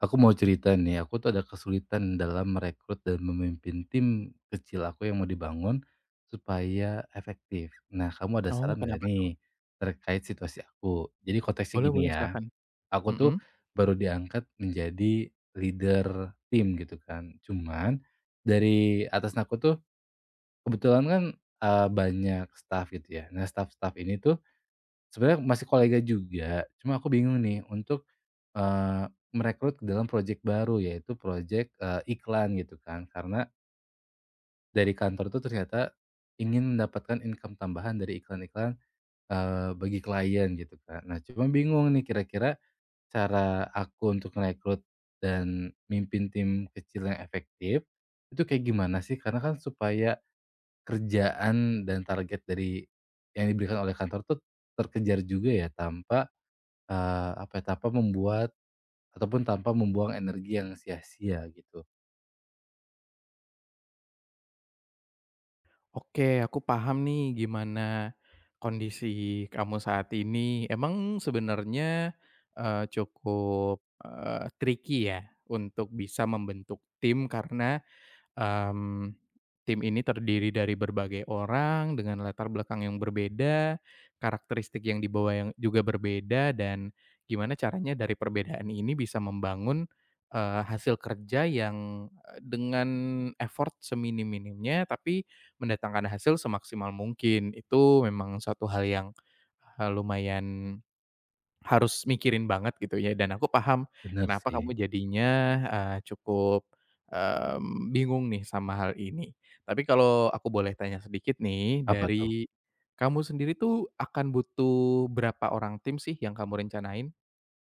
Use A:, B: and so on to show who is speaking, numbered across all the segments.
A: Aku mau cerita nih, aku tuh ada kesulitan dalam merekrut dan memimpin tim kecil aku yang mau dibangun supaya efektif. Nah, kamu ada
B: Oh,
A: saran nggak
B: kenapa tuh?
A: nih terkait situasi aku? Jadi konteksnya
B: Boleh
A: gini
B: boleh,
A: ya,
B: silakan.
A: aku tuh
B: Mhm.
A: baru diangkat menjadi leader tim gitu kan. Cuman dari atas aku tuh kebetulan kan banyak staff gitu ya. Nah, staff-staff ini tuh sebenarnya masih kolega juga. Cuma aku bingung nih untuk merekrut ke dalam proyek baru, yaitu proyek iklan gitu kan. Karena dari kantor itu ternyata ingin mendapatkan income tambahan dari iklan-iklan, bagi klien gitu kan. Nah, cuma bingung nih kira-kira cara aku untuk merekrut dan mimpin tim kecil yang efektif, itu kayak gimana sih? Karena kan supaya kerjaan dan target dari yang diberikan oleh kantor tuh terkejar juga ya tanpa, apa ya, tanpa membuat ataupun tanpa membuang energi yang sia-sia gitu.
B: Oke, aku paham nih gimana kondisi kamu saat ini. Emang sebenarnya, cukup, tricky ya untuk bisa membentuk tim karena Mmm, tim ini terdiri dari berbagai orang dengan latar belakang yang berbeda, karakteristik yang dibawa yang juga berbeda, dan gimana caranya dari perbedaan ini bisa membangun, hasil kerja yang, dengan effort seminim-minimnya, tapi mendatangkan hasil semaksimal mungkin. Itu memang suatu hal yang, lumayan harus mikirin banget gitu ya, dan aku paham
A: Bener
B: kenapa
A: sih.
B: kamu jadinya, cukup, bingung nih sama hal ini. Tapi kalau aku boleh tanya sedikit nih,
A: Apa tuh?
B: dari kamu sendiri tuh akan butuh berapa orang tim sih yang kamu rencanain?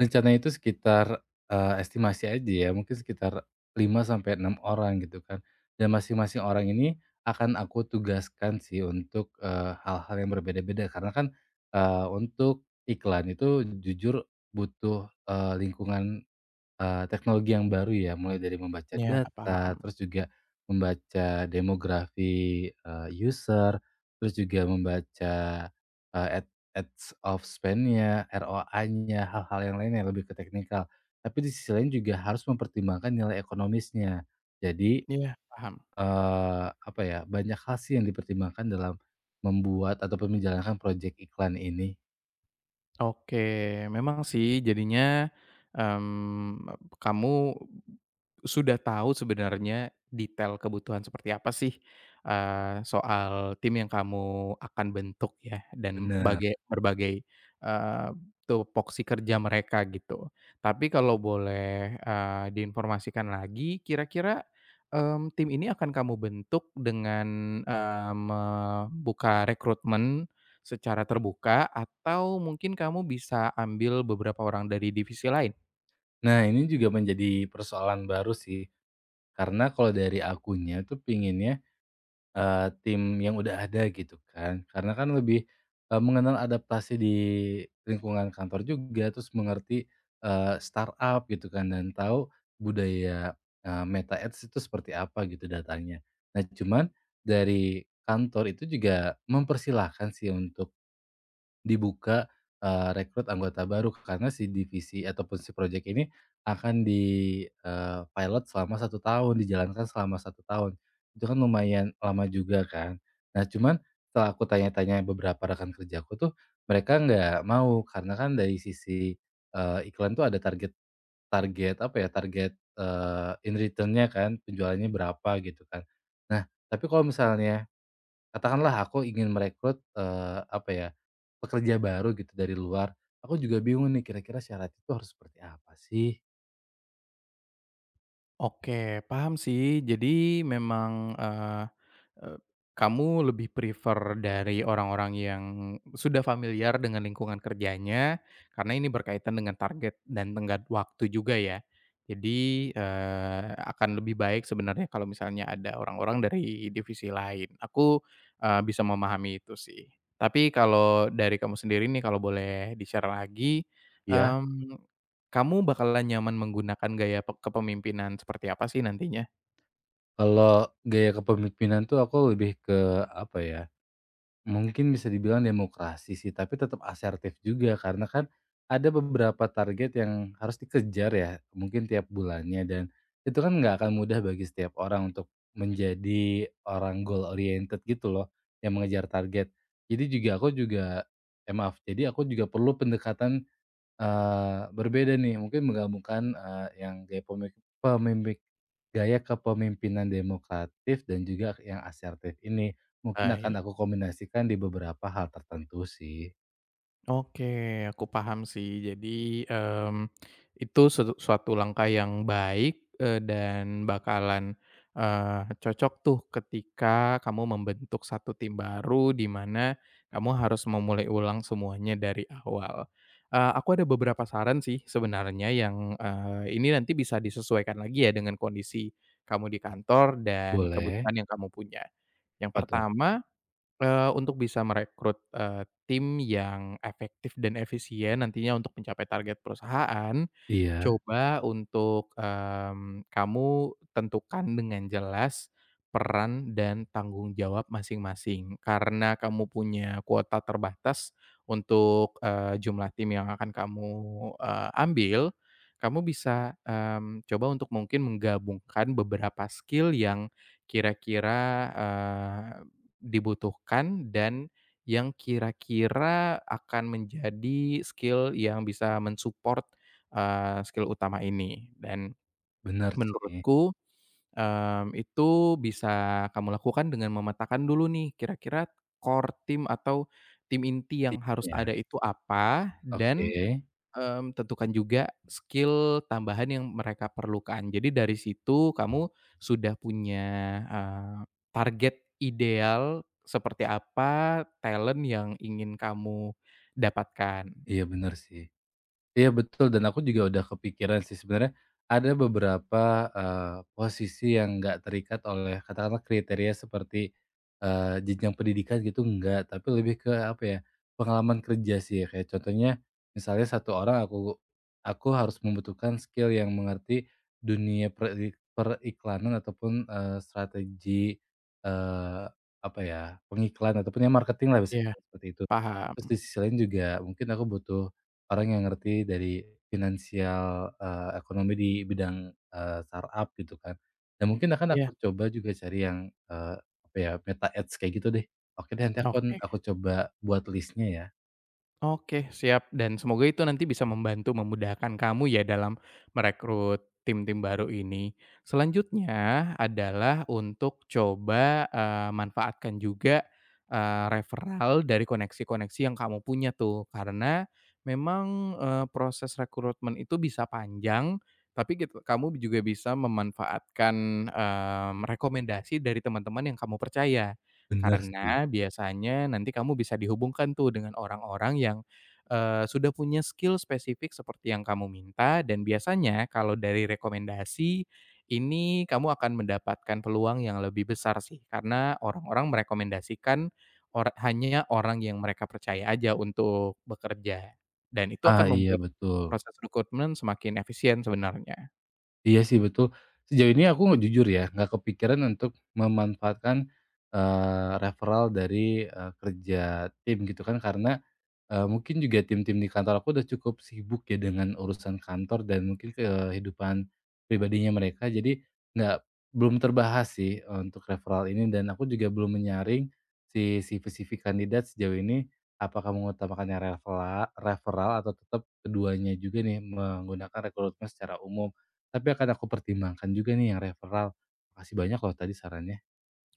A: Rencananya itu sekitar, estimasi aja ya, mungkin sekitar 5 sampai 6 orang gitu kan. Dan masing-masing orang ini akan aku tugaskan sih untuk, hal-hal yang berbeda-beda karena kan, untuk iklan itu jujur butuh, lingkungan teknologi yang baru ya, mulai dari membaca
B: Ya
A: data,
B: paham.
A: terus juga membaca demografi, user, terus juga membaca, eee, ad ads of spend-nya, ROA-nya, hal-hal yang lain yang lebih ke teknikal. Tapi di sisi lain juga harus mempertimbangkan nilai ekonomisnya. Jadi,
B: Iya. Paham.
A: apa ya, banyak hal sih yang dipertimbangkan dalam membuat ataupun menjalankan proyek iklan ini.
B: Oke, memang sih jadinya, kamu sudah tahu sebenarnya detail kebutuhan seperti apa sih, soal tim yang kamu akan bentuk ya dan
A: Benar.
B: berbagai, eee, tupoksi kerja mereka gitu. Tapi kalau boleh, diinformasikan lagi kira-kira, tim ini akan kamu bentuk dengan, membuka rekrutmen secara terbuka atau mungkin kamu bisa ambil beberapa orang dari divisi lain?
A: Nah, ini juga menjadi persoalan baru sih, karena kalau dari akunya tuh pinginnya tim yang udah ada gitu kan, karena kan lebih, mengenal adaptasi di lingkungan kantor juga, terus mengerti, startup gitu kan dan tahu budaya, Meta Ads itu seperti apa gitu datanya. Nah cuman dari kantor itu juga mempersilahkan sih untuk dibuka, rekrut anggota baru karena si divisi ataupun si project ini akan di pilot selama satu tahun, dijalankan selama satu tahun. Itu kan lumayan lama juga kan. Nah cuman setelah aku tanya-tanya beberapa rekan kerjaku tuh, mereka nggak mau karena kan dari sisi, iklan tuh ada target target apa ya, target, in return kan, penjualannya berapa gitu kan. Nah, tapi kalau misalnya katakanlah aku ingin merekrut, apa ya, pekerja baru gitu dari luar, aku juga bingung nih kira-kira syarat itu harus seperti apa sih?
B: Oke, paham sih. Jadi memang, eee eee, kamu lebih prefer dari orang-orang yang sudah familiar dengan lingkungan kerjanya, karena ini berkaitan dengan target dan tenggat waktu juga ya. Jadi, akan lebih baik sebenarnya kalau misalnya ada orang-orang dari divisi lain. Aku, bisa memahami itu sih. Tapi kalau dari kamu sendiri nih, kalau boleh di-share lagi,
A: Ya.
B: Mhm. Kamu bakalan nyaman menggunakan gaya kepemimpinan seperti apa sih nantinya?
A: Kalau gaya kepemimpinan tuh aku lebih ke apa ya, mungkin bisa dibilang demokrasi sih, tapi tetap asertif juga karena kan ada beberapa target yang harus dikejar ya, mungkin tiap bulannya dan itu kan nggak akan mudah bagi setiap orang untuk menjadi orang goal oriented gitu loh, yang mengejar target. Jadi juga aku juga eh maaf, jadi aku juga perlu pendekatan berbeda nih mungkin menggabungkan, eee, yang gaya pemik pemimpik gaya kepemimpinan demokratif dan juga yang asertif ini, mungkin
B: Ah,
A: akan aku kombinasikan di beberapa hal tertentu sih.
B: oke, aku paham sih. Jadi, itu suatu suatu langkah yang baik, dan bakalan, cocok tuh ketika kamu membentuk satu tim baru di mana kamu harus memulai ulang semuanya dari awal. Aku ada beberapa saran sih sebenarnya yang, ini nanti bisa disesuaikan lagi ya dengan kondisi kamu di kantor dan
A: Boleh.
B: kebutuhan yang kamu punya. Yang
A: Apa tuh?
B: pertama, untuk bisa merekrut, tim yang efektif dan efisien nantinya untuk mencapai target perusahaan,
A: Iya,
B: coba untuk, kamu tentukan dengan jelas peran dan tanggung jawab masing-masing. Karena kamu punya kuota terbatas untuk, jumlah tim yang akan kamu, ambil, kamu bisa, coba untuk mungkin menggabungkan beberapa skill yang kira-kira, eee dibutuhkan dan yang kira-kira akan menjadi skill yang bisa men-support, skill utama ini. Dan
A: benar sih.
B: menurutku, itu bisa kamu lakukan dengan memetakan dulu nih kira-kira core team atau tim inti yang harus
A: Intinya,
B: ada itu apa.
A: oke.
B: Dan tentukan juga skill tambahan yang mereka perlukan. Jadi dari situ kamu sudah punya, eee, target ideal seperti apa talent yang ingin kamu dapatkan.
A: Iya benar sih. Iya betul dan aku juga udah kepikiran sih sebenarnya ada beberapa, posisi yang nggak terikat oleh katakanlah kriteria seperti, jenjang pendidikan gitu nggak tapi lebih ke apa ya, pengalaman kerja sih ya kayak contohnya misalnya satu orang aku harus membutuhkan skill yang mengerti dunia periklanan ataupun, strategi, eee, apa ya, pengiklan ataupun ya marketing lah bisa
B: Iya.
A: seperti itu. Terus
B: Paham.
A: di sisi lain juga mungkin aku butuh orang yang ngerti dari finansial, ekonomi di bidang, startup gitu kan. Dan Mhm. mungkin akan
B: Iya,
A: aku coba juga cari yang, apa ya, Meta Ads kayak gitu deh. Oke deh nanti aku
B: oke.
A: aku coba buat list-nya ya.
B: Oke, siap, dan semoga itu nanti bisa membantu memudahkan kamu ya dalam merekrut tim-tim baru ini. Selanjutnya adalah untuk coba, manfaatkan juga, referral dari koneksi-koneksi yang kamu punya tuh. Karena memang, proses rekrutmen itu bisa panjang, tapi gitu kamu juga bisa memanfaatkan, rekomendasi dari teman-teman yang kamu percaya.
A: Bener sih.
B: Karena biasanya nanti kamu bisa dihubungkan tuh dengan orang-orang yang, sudah punya skill spesifik seperti yang kamu minta, dan biasanya kalau dari rekomendasi, ini kamu akan mendapatkan peluang yang lebih besar sih karena orang-orang merekomendasikan hanya orang yang mereka percaya aja untuk bekerja, dan itu akan
A: Ah, iya
B: membuat
A: betul.
B: proses rekrutmen semakin efisien sebenarnya.
A: Iya sih betul. Sejauh ini aku nggak jujur ya, nggak kepikiran untuk memanfaatkan, referral dari, kerja tim gitu kan karena, mungkin juga tim-tim di kantor aku udah cukup sibuk ya dengan urusan kantor dan mungkin kehidupan pribadinya mereka. Jadi nggak, belum terbahas sih untuk referral ini dan aku juga belum menyaring si CV-CV kandidat sejauh ini, apakah mengutamakannya referral atau tetap keduanya juga nih menggunakan rekrutmen secara umum. Tapi akan aku pertimbangkan juga nih yang referral. Makasih banyak loh tadi sarannya.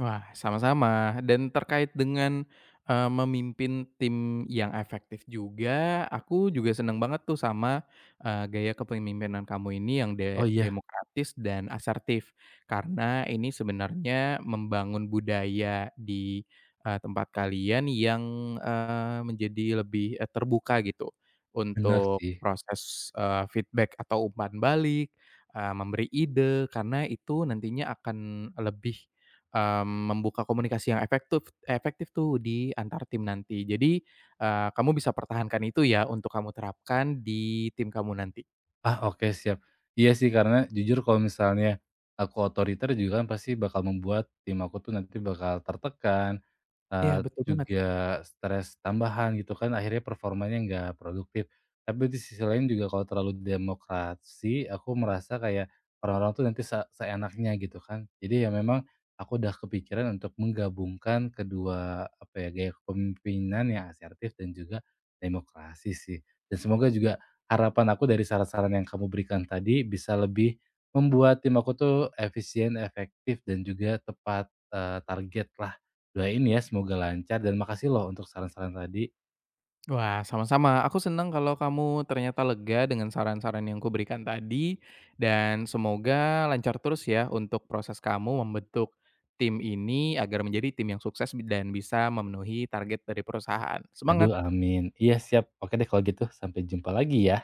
B: Wah, sama-sama. Dan terkait dengan, memimpin tim yang efektif juga, aku juga seneng banget tuh sama, gaya kepemimpinan kamu ini yang
A: Oh iya,
B: demokratis dan asertif. Karena ini sebenarnya membangun budaya di, tempat kalian yang, menjadi lebih, terbuka gitu
A: bener
B: untuk
A: sih.
B: proses, feedback atau umpan balik, memberi ide, karena itu nantinya akan lebih membuka komunikasi yang efektif efektif tuh di antar tim nanti. Jadi, kamu bisa pertahankan itu ya untuk kamu terapkan di tim kamu nanti.
A: Ah, oke siap. Iya sih karena jujur kalau misalnya aku otoriter juga kan pasti bakal membuat tim aku tuh nanti bakal tertekan,
B: Iya, betul banget.
A: juga stres tambahan gitu kan akhirnya performanya nggak produktif. Tapi di sisi lain juga kalau terlalu demokrasi aku merasa kayak orang-orang tuh nanti seenaknya gitu kan. Jadi ya memang aku udah kepikiran untuk menggabungkan kedua apa ya, gaya kepemimpinan yang asertif dan juga demokrasi sih. Dan semoga juga harapan aku dari saran-saran yang kamu berikan tadi bisa lebih membuat tim aku tuh efisien, efektif, dan juga tepat, targetlah. Doain ya semoga lancar dan makasih loh untuk saran-saran tadi.
B: Wah, sama-sama. Aku senang kalau kamu ternyata lega dengan saran-saran yang kuberikan tadi, dan semoga lancar terus ya untuk proses kamu membentuk tim ini agar menjadi tim yang sukses dan bisa memenuhi target dari perusahaan.
A: Aduh
B: Semangat.
A: amin. Iya siap. Oke deh kalau gitu sampai jumpa lagi ya.